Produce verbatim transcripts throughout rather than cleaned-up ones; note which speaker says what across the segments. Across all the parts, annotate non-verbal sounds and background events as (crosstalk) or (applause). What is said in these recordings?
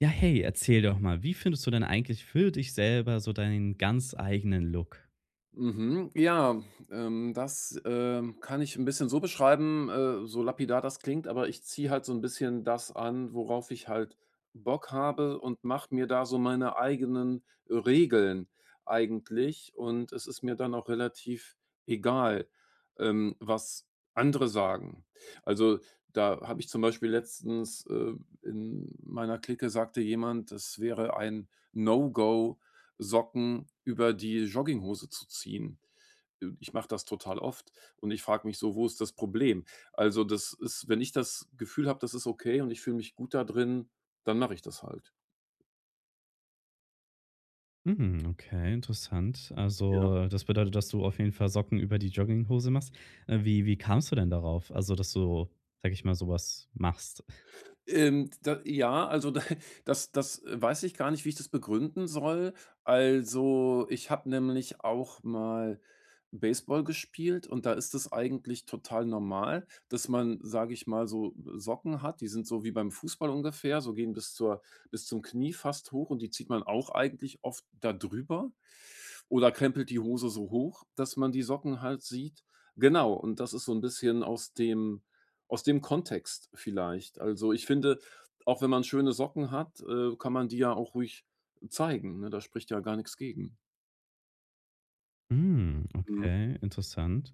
Speaker 1: Ja, hey, erzähl doch mal, wie findest du denn eigentlich für dich selber so deinen ganz eigenen Look?
Speaker 2: Mhm. Ja, ähm, das, ähm, kann ich ein bisschen so beschreiben, äh, so lapidar das klingt, aber ich ziehe halt so ein bisschen das an, worauf ich halt Bock habe und mache mir da so meine eigenen Regeln eigentlich. Und es ist mir dann auch relativ egal, ähm, was andere sagen. Also, da habe ich zum Beispiel letztens, äh in meiner Clique sagte jemand, es wäre ein No-Go, Socken über die Jogginghose zu ziehen. Äh, ich mache das total oft und ich frage mich so: „Wo ist das Problem?" Also, das ist, wenn ich das Gefühl habe, das ist okay und ich fühle mich gut da drin, dann mache ich das halt.
Speaker 1: Mhm, okay, interessant.
Speaker 2: Ja.
Speaker 1: Also, das bedeutet, dass du auf jeden Fall Socken über die Jogginghose machst. Äh, wie wie kamst du denn darauf? Also, dass du, sage ich mal, sowas machst?
Speaker 2: Ähm, da, ja, also da (laughs) das das weiß ich gar nicht, wie ich das begründen soll. Also, ich habe nämlich auch mal Baseball gespielt und da ist es eigentlich total normal, dass man, sage ich mal, so Socken hat, die sind so wie beim Fußball ungefähr, so gehen bis zur bis zum Knie fast hoch und die zieht man auch eigentlich oft da drüber oder krempelt die Hose so hoch, dass man die Socken halt sieht. Genau, und das ist so ein bisschen aus dem aus dem Kontext vielleicht. Also, ich finde, auch wenn man schöne Socken hat, äh, kann man die ja auch ruhig zeigen, ne? Da spricht ja gar nichts gegen.
Speaker 1: Mhm,
Speaker 2: Mhm,
Speaker 1: okay, interessant.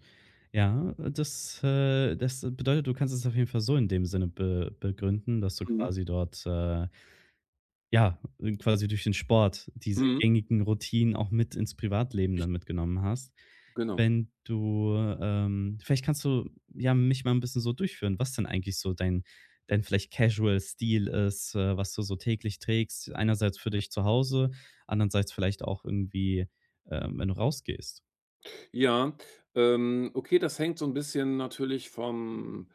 Speaker 1: Ja, das, äh, das bedeutet, du kannst es auf jeden Fall so in dem Sinne be begründen, dass du
Speaker 2: mhm,
Speaker 1: quasi dort, äh Ja, äh, quasi durch den Sport diese
Speaker 2: mhm.
Speaker 1: gängigen Routinen auch mit ins Privatleben
Speaker 2: Ich
Speaker 1: dann mitgenommen hast.
Speaker 2: Genau.
Speaker 1: Wenn du, ähm vielleicht kannst du, ja, mich mal ein bisschen so durchführen, was denn eigentlich so dein dein vielleicht Casual-Stil ist, äh, was du so täglich trägst, einerseits für dich zu Hause, andererseits vielleicht auch irgendwie, ähm, wenn du rausgehst?
Speaker 2: Ja, ähm, okay, das hängt so ein bisschen natürlich vom,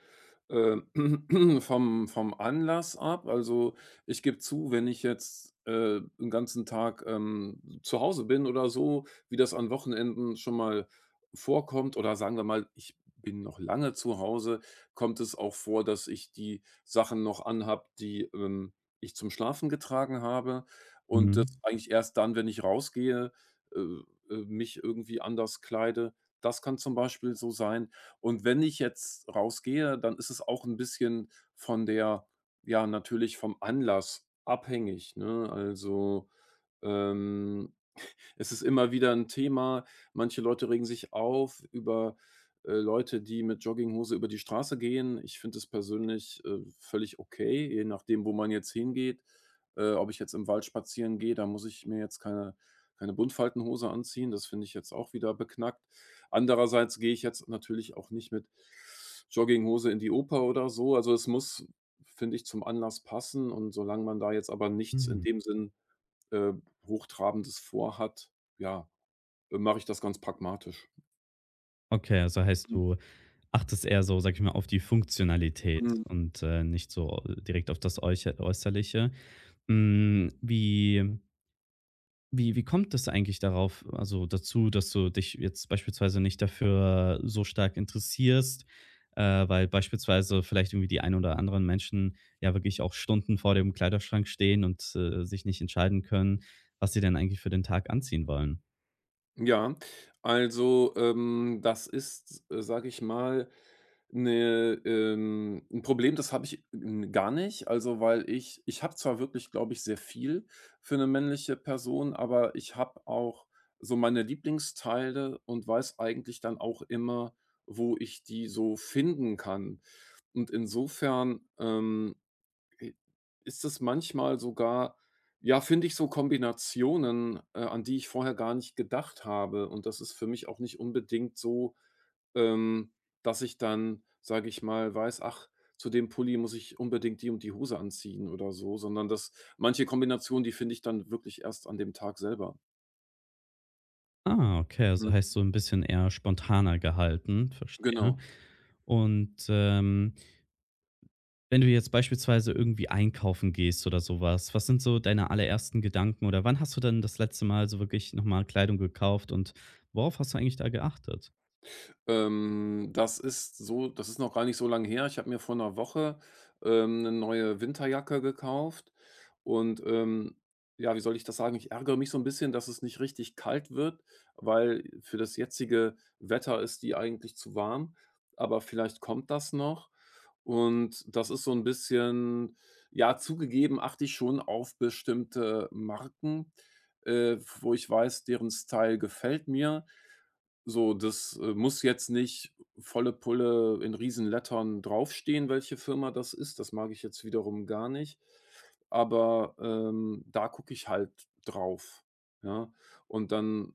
Speaker 2: äh, (clears throat) vom vom Anlass ab. Also, ich gebe zu, wenn ich jetzt, äh, 'n ganzen Tag, ähm, zu Hause bin oder so, wie das an Wochenenden schon mal vorkommt oder sagen wir mal, ich bin noch lange zu Hause, kommt es auch vor, dass ich die Sachen noch anhab, die, ähm, ich zum Schlafen getragen habe und das
Speaker 1: Mhm,
Speaker 2: eigentlich erst dann, wenn ich rausgehe, äh äh, mich irgendwie anders kleide. Das kann zum Beispiel so sein. Und wenn ich jetzt rausgehe, dann ist es auch ein bisschen von der, ja, natürlich vom Anlass abhängig, ne? Also, ähm es ist immer wieder ein Thema. Manche Leute regen sich auf über, äh, Leute, die mit Jogginghose über die Straße gehen. Ich finde es persönlich, äh, völlig okay, je nachdem, wo man jetzt hingeht. Äh, ob ich jetzt im Wald spazieren gehe, da muss ich mir jetzt keine keine Buntfaltenhose anziehen. Das finde ich jetzt auch wieder beknackt. Andererseits gehe ich jetzt natürlich auch nicht mit Jogginghose in die Oper oder so. Also, es muss, finde ich, zum Anlass passen, und solange man da jetzt aber nichts in
Speaker 1: mhm.
Speaker 2: dem Sinn äh, Hochtrabendes vorhat, ja, äh, mache ich das ganz pragmatisch.
Speaker 1: Okay, also heißt, du achtest eher so, sag ich mal, auf die Funktionalität
Speaker 2: Mhm.
Speaker 1: und, äh, nicht so direkt auf das Äucher Äußerliche. Hm, wie wie wie kommt es eigentlich darauf also, dazu, dass du dich jetzt beispielsweise nicht dafür so stark interessierst, äh, weil beispielsweise vielleicht irgendwie die ein oder anderen Menschen ja wirklich auch Stunden vor dem Kleiderschrank stehen und, äh, sich nicht entscheiden können, was sie denn eigentlich für den Tag anziehen wollen?
Speaker 2: Ja, also, ähm, das ist, äh, sage ich mal, 'ne ähm, 'n Problem, das habe ich, hm, gar nicht. Also, weil ich ich habe zwar wirklich, glaube ich, sehr viel für eine männliche Person, aber ich habe auch so meine Lieblingsteile und weiß eigentlich dann auch immer, wo ich die so finden kann. Und insofern, ähm Äh, ist es manchmal sogar, ja, finde ich, so Kombinationen, äh, an die ich vorher gar nicht gedacht habe. Und das ist für mich auch nicht unbedingt so, ähm, dass ich dann, sage ich mal, weiß: „Ach, zu dem Pulli muss ich unbedingt die und die Hose anziehen" oder so, sondern dass manche Kombinationen, die finde ich dann wirklich erst an dem Tag selber.
Speaker 1: Ah, okay,
Speaker 2: Mhm.
Speaker 1: also heißt so ein bisschen eher spontaner gehalten, verstehe.
Speaker 2: Genau.
Speaker 1: Und, ähm Wenn du jetzt beispielsweise irgendwie einkaufen gehst oder sowas, was, sind so deine allerersten Gedanken oder wann hast du denn das letzte Mal so wirklich noch mal Kleidung gekauft und worauf hast du eigentlich da geachtet?
Speaker 2: Ähm, das ist so das ist noch gar nicht so lange her. Ich habe mir vor einer Woche, ähm, 'ne neue Winterjacke gekauft, und, ähm, ja, wie soll ich das sagen? Ich ärgere mich so ein bisschen, dass es nicht richtig kalt wird, weil für das jetzige Wetter ist die eigentlich zu warm, aber vielleicht kommt das noch. Und das ist so ein bisschen, ja, zugegeben achte ich schon auf bestimmte Marken, äh, wo ich weiß, deren Style gefällt mir. So, das, äh, muss jetzt nicht volle Pulle in Riesenlettern draufstehen, welche Firma das ist. Das mag ich jetzt wiederum gar nicht. Aber, ähm, da gucke ich halt drauf, ja? Und dann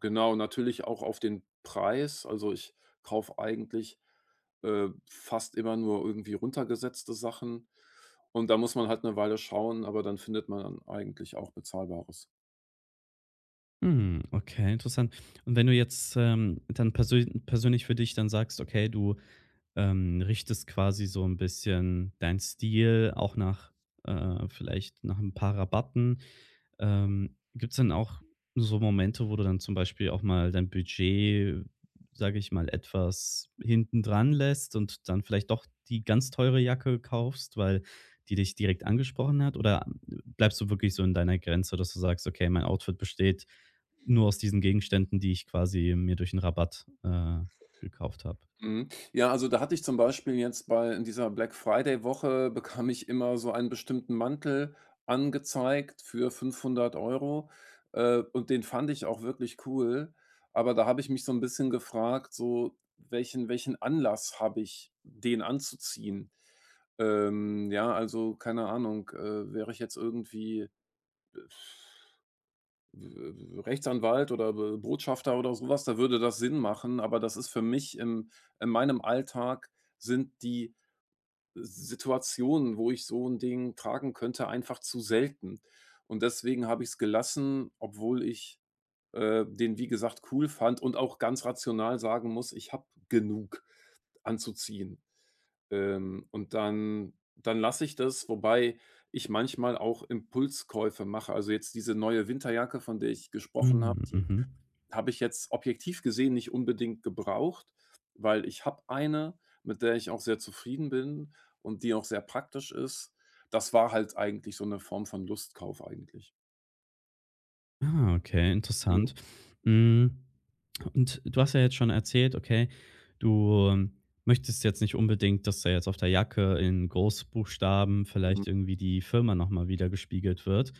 Speaker 2: genau, natürlich auch auf den Preis. Also, ich kaufe eigentlich, äh, fast immer nur irgendwie runtergesetzte Sachen. Und da muss man halt eine Weile schauen, aber dann findet man eigentlich auch Bezahlbares.
Speaker 1: Hm, okay, interessant. Und wenn du jetzt, ähm, dann persön persönlich für dich dann sagst, okay, du, ähm, richtest quasi so ein bisschen deinen Stil auch nach äh, vielleicht nach ein paar Rabatten. Ähm, Gibt es dann auch so Momente, wo du dann zum Beispiel auch mal dein Budget, sage ich mal, etwas hinten dran lässt und dann vielleicht doch die ganz teure Jacke kaufst, weil die dich direkt angesprochen hat? Oder ähm, bleibst du wirklich so in deiner Grenze, dass du sagst: „Okay, mein Outfit besteht nur aus diesen Gegenständen, die ich quasi mir durch einen Rabatt, äh, gekauft habe?“
Speaker 2: Mhm. Ja, also da hatte ich zum Beispiel jetzt bei in dieser Black Friday Woche bekam ich immer so einen bestimmten Mantel angezeigt für fünfhundert Euro äh, und den fand ich auch wirklich cool. Aber da habe ich mich so ein bisschen gefragt, so welchen welchen Anlass habe ich, den anzuziehen? Ähm, ja, also keine Ahnung, äh, wäre ich jetzt irgendwie Rechtsanwalt oder Be Botschafter oder sowas, da würde das Sinn machen, aber das ist für mich im in meinem Alltag sind die Situationen, wo ich so ein Ding tragen könnte, einfach zu selten. Und deswegen habe ich es gelassen, obwohl ich, äh, den, wie gesagt, cool fand und auch ganz rational sagen muss, ich habe genug anzuziehen. Ähm, und dann dann lasse ich das, wobei ich manchmal auch Impulskäufe mache. Also, jetzt diese neue Winterjacke, von der ich gesprochen
Speaker 1: Mhm,
Speaker 2: habe,
Speaker 1: mhm.
Speaker 2: habe ich jetzt objektiv gesehen nicht unbedingt gebraucht, weil ich habe eine, mit der ich auch sehr zufrieden bin und die auch sehr praktisch ist. Das war halt eigentlich so 'ne Form von Lustkauf eigentlich.
Speaker 1: Ah, okay,
Speaker 2: Mhm,
Speaker 1: interessant. Hm. Und du hast ja jetzt schon erzählt, okay, du, ähm, möchtest jetzt nicht unbedingt, dass da jetzt auf der Jacke in Großbuchstaben
Speaker 2: mhm,
Speaker 1: vielleicht irgendwie die Firma noch mal wieder gespiegelt wird.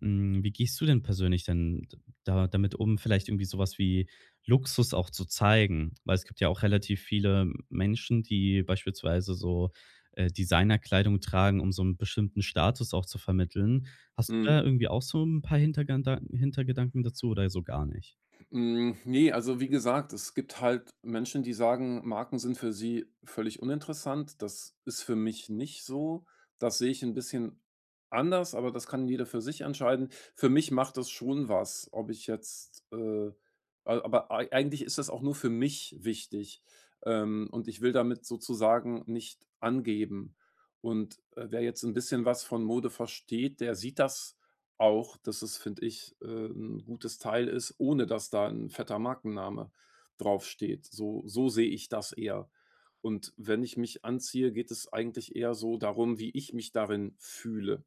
Speaker 1: Hm, wie gehst du denn persönlich denn da damit um, vielleicht irgendwie sowas wie Luxus auch zu zeigen? Weil es gibt ja auch relativ viele Menschen, die beispielsweise so, äh, Designerkleidung tragen, um so einen bestimmten Status auch zu vermitteln. Hast du
Speaker 2: mhm.
Speaker 1: da irgendwie auch so ein paar Hintergedan Hintergedanken dazu oder so gar nicht?
Speaker 2: Hm, ne, also wie gesagt, es gibt halt Menschen, die sagen, Marken sind für sie völlig uninteressant. Das ist für mich nicht so. Das sehe ich ein bisschen anders, aber das kann jeder für sich entscheiden. Für mich macht das schon was, ob ich jetzt, äh a aber ei eigentlich ist das auch nur für mich wichtig, ähm, und ich will damit sozusagen nicht angeben. Und, äh, wer jetzt ein bisschen was von Mode versteht, der sieht das auch, dass es, finde ich, äh, 'n gutes Teil ist, ohne dass da ein fetter Markenname draufsteht. So so sehe ich das eher. Und wenn ich mich anziehe, geht es eigentlich eher so darum, wie ich mich darin fühle.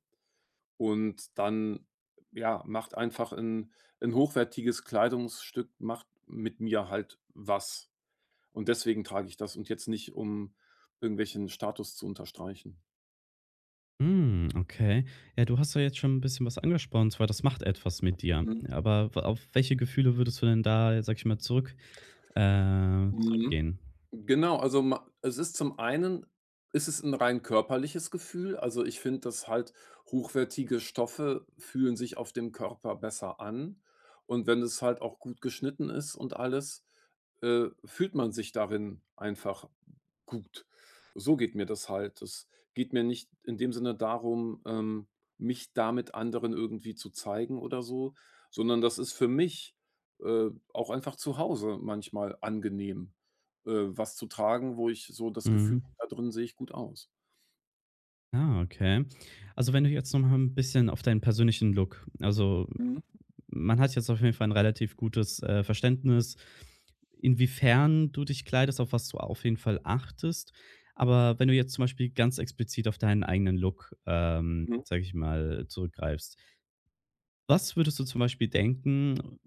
Speaker 2: Und dann, ja, macht einfach ein ein hochwertiges Kleidungsstück macht mit mir halt was. Und deswegen trage ich das und jetzt nicht, um irgendwelchen Status zu unterstreichen.
Speaker 1: Hm, okay. Ja, du hast ja jetzt schon ein bisschen was angesprochen, und zwar das macht etwas mit dir. Aber w auf welche Gefühle würdest du denn da, sage ich mal, zurück äh,
Speaker 2: Mhm.
Speaker 1: zurückgehen?
Speaker 2: Genau, also, ma es ist zum einen ist es ein rein körperliches Gefühl. Also, ich finde, dass halt hochwertige Stoffe fühlen sich auf dem Körper besser an. Und wenn es halt auch gut geschnitten ist und alles, äh, fühlt man sich darin einfach gut. So geht mir das halt. Es geht mir nicht in dem Sinne darum, ähm, mich damit anderen irgendwie zu zeigen oder so, sondern das ist für mich, äh, auch einfach zu Hause manchmal angenehm, äh, was zu tragen, wo ich so das Gefühl
Speaker 1: Mhm.
Speaker 2: habe, da drin sehe ich gut aus.
Speaker 1: Ah, okay. Also, wenn du jetzt noch mal ein bisschen auf deinen persönlichen Look also,
Speaker 2: Mhm.
Speaker 1: man hat jetzt auf jeden Fall ein relativ gutes, äh, Verständnis, inwiefern du dich kleidest, auf was du auf jeden Fall achtest. Aber wenn du jetzt zum Beispiel ganz explizit auf deinen eigenen Look, ähm,
Speaker 2: Mhm.
Speaker 1: sage ich mal, zurückgreifst. Was würdest du zum Beispiel denken,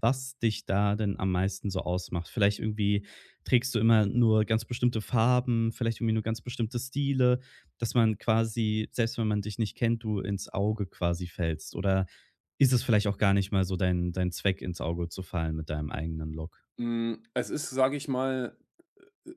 Speaker 1: was dich da denn am meisten so ausmacht? Vielleicht irgendwie trägst du immer nur ganz bestimmte Farben, vielleicht irgendwie nur ganz bestimmte Stile, dass man quasi, selbst wenn man dich nicht kennt, du ins Auge quasi fällst? Oder ist es vielleicht auch gar nicht mal so dein, dein Zweck, ins Auge zu fallen mit deinem eigenen Look?
Speaker 2: Hm, es ist, sage ich mal,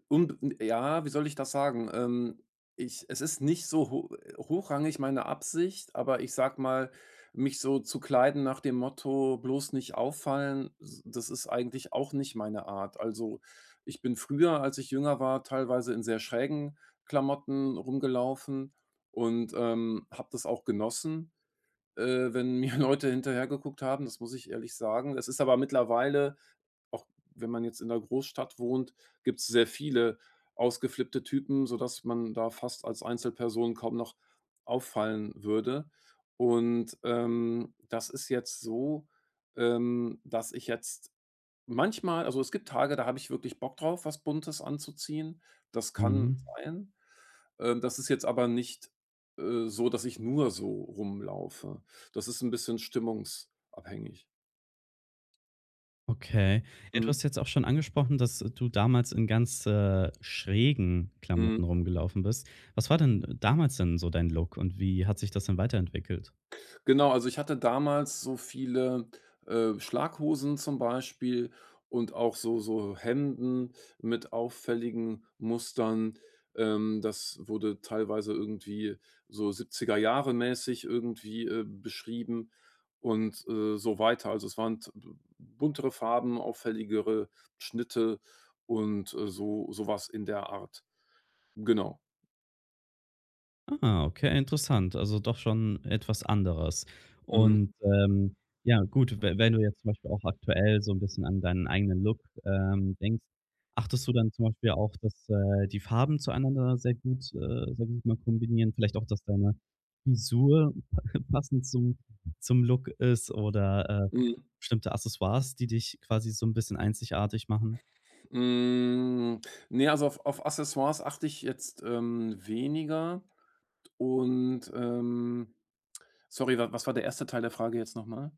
Speaker 2: Unb ja, wie soll ich das sagen? Ähm, ich Es ist nicht so ho hochrangig meine Absicht, aber ich sage mal, mich so zu kleiden nach dem Motto: „Bloß nicht auffallen", s das ist eigentlich auch nicht meine Art. Also, ich bin früher, als ich jünger war, teilweise in sehr schrägen Klamotten rumgelaufen und, ähm, habe das auch genossen, äh, wenn mir (laughs) Leute hinterhergeguckt haben, das muss ich ehrlich sagen. Es ist aber mittlerweile auch, wenn man jetzt in der Großstadt wohnt, gibt es sehr viele ausgeflippte Typen, sodass man da fast als Einzelperson kaum noch auffallen würde. Und, ähm, das ist jetzt so, ähm, dass ich jetzt manchmal, also, es gibt Tage, da habe ich wirklich Bock drauf, was Buntes anzuziehen. Das kann sein. Ähm, das ist jetzt aber nicht, äh, so, dass ich nur so rumlaufe. Das ist ein bisschen stimmungsabhängig.
Speaker 1: Okay. Ja, du
Speaker 2: Mhm.
Speaker 1: hast jetzt auch schon angesprochen, dass du damals in ganz, äh, schrägen
Speaker 2: Mhm.
Speaker 1: Klamotten rumgelaufen bist. Was war denn damals denn so dein Look und wie hat sich das denn weiterentwickelt?
Speaker 2: Genau, also ich hatte damals so viele, äh, Schlaghosen zum Beispiel und auch so so Hemden mit auffälligen Mustern. Ähm, das wurde teilweise irgendwie so siebziger Jahre mäßig irgendwie, äh, beschrieben und, äh, so weiter. Also, es waren t buntere Farben, auffälligere Schnitte und, äh, so sowas in der Art. Genau.
Speaker 1: Ah, okay, interessant. Also doch schon etwas anderes.
Speaker 2: Mhm.
Speaker 1: Und, ähm, ja gut, we wenn du jetzt zum Beispiel auch aktuell so ein bisschen an deinen eigenen Look, ähm, denkst, achtest du dann zum Beispiel auch, dass, äh, die Farben zueinander sehr gut äh, sehr gut mal kombinieren? Vielleicht auch, dass deine Frisur (laughs) passend zum zum Look ist oder, äh,
Speaker 2: Mhm.
Speaker 1: bestimmte Accessoires, die dich quasi so ein bisschen einzigartig machen?
Speaker 2: Hm, ne, also auf auf Accessoires achte ich jetzt, ähm, weniger und, ähm sorry, wa was war der erste Teil der Frage jetzt nochmal?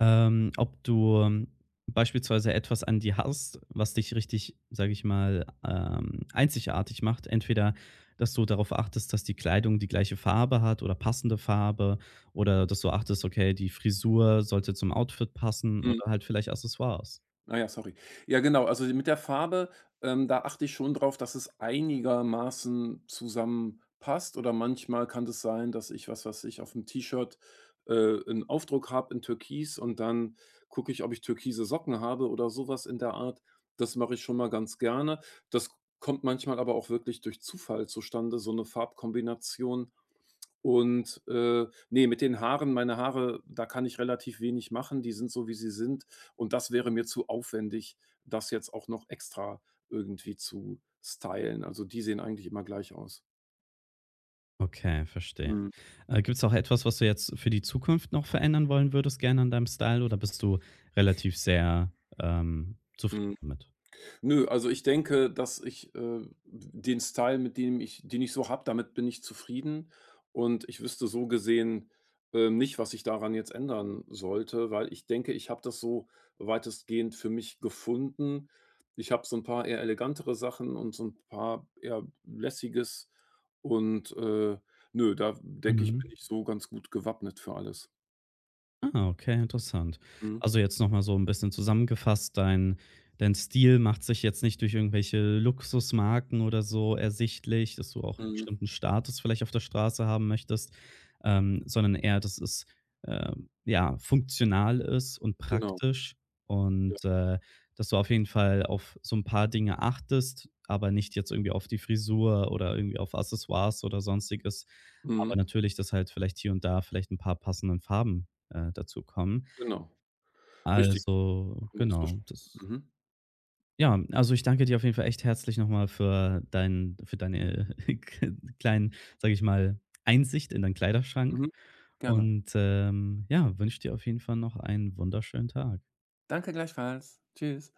Speaker 1: ähm, Ob du ähm, beispielsweise etwas an dir hast, was dich richtig, sage ich mal, ähm, einzigartig macht. Entweder, dass du darauf achtest, dass die Kleidung die gleiche Farbe hat oder passende Farbe oder dass du achtest, okay, die Frisur sollte zum Outfit passen oder halt vielleicht Accessoires.
Speaker 2: Ah ja, sorry. Ja, genau. Also mit der Farbe, ähm, da achte ich schon drauf, dass es einigermaßen zusammenpasst. Oder manchmal kann es sein, dass ich, was weiß ich, auf dem T-Shirt, äh, 'n Aufdruck habe in Türkis, und dann gucke ich, ob ich türkise Socken habe oder sowas in der Art. Das mache ich schon mal ganz gerne. Das kommt manchmal aber auch wirklich durch Zufall zustande, so eine Farbkombination. Und, äh, ne, mit den Haaren, meine Haare, da kann ich relativ wenig machen. Die sind so, wie sie sind. Und das wäre mir zu aufwendig, das jetzt auch noch extra irgendwie zu stylen. Also, die sehen eigentlich immer gleich aus.
Speaker 1: Okay, verstehe.
Speaker 2: Mhm,
Speaker 1: Äh, Gibt es auch etwas, was du jetzt für die Zukunft noch verändern wollen würdest, gerne an deinem Style oder bist du relativ sehr, ähm, zufrieden
Speaker 2: mhm.
Speaker 1: damit?
Speaker 2: Nö, also ich denke, dass ich, äh, den Style, mit dem ich den ich so habe, damit bin ich zufrieden, und ich wüsste so gesehen, ähm, nicht, was ich daran jetzt ändern sollte, weil ich denke, ich habe das so weitestgehend für mich gefunden. Ich habe so ein paar eher elegantere Sachen und so ein paar eher lässiges und, äh, nö, da denke ich,
Speaker 1: Mhm.
Speaker 2: bin ich so ganz gut gewappnet für alles.
Speaker 1: Ah, okay, interessant.
Speaker 2: Mhm.
Speaker 1: Also, jetzt noch mal so ein bisschen zusammengefasst, dein dein Stil macht sich jetzt nicht durch irgendwelche Luxusmarken oder so ersichtlich, dass du auch einen
Speaker 2: Mhm.
Speaker 1: bestimmten Status vielleicht auf der Straße haben möchtest, ähm, sondern eher, dass es, ähm, ja, funktional ist und
Speaker 2: Genau.
Speaker 1: praktisch
Speaker 2: Ja.
Speaker 1: und, äh, dass du auf jeden Fall auf so ein paar Dinge achtest, aber nicht jetzt irgendwie auf die Frisur oder irgendwie auf Accessoires oder Sonstiges, aber
Speaker 2: Mhm.
Speaker 1: natürlich, dass halt vielleicht hier und da vielleicht ein paar passenden Farben äh, dazu kommen.
Speaker 2: Genau. Richtig, so
Speaker 1: Also,
Speaker 2: kann man das
Speaker 1: genau,
Speaker 2: beschreiben.
Speaker 1: das
Speaker 2: Mhm.
Speaker 1: ja, also ich danke dir auf jeden Fall echt herzlich nochmal für dein für deine (laughs) kleinen, sage ich mal, Einsicht in deinen Kleiderschrank
Speaker 2: Mhm. Gerne.
Speaker 1: und, ähm, ja, wünsche dir auf jeden Fall noch einen wunderschönen Tag.
Speaker 2: Danke gleichfalls. Tschüss.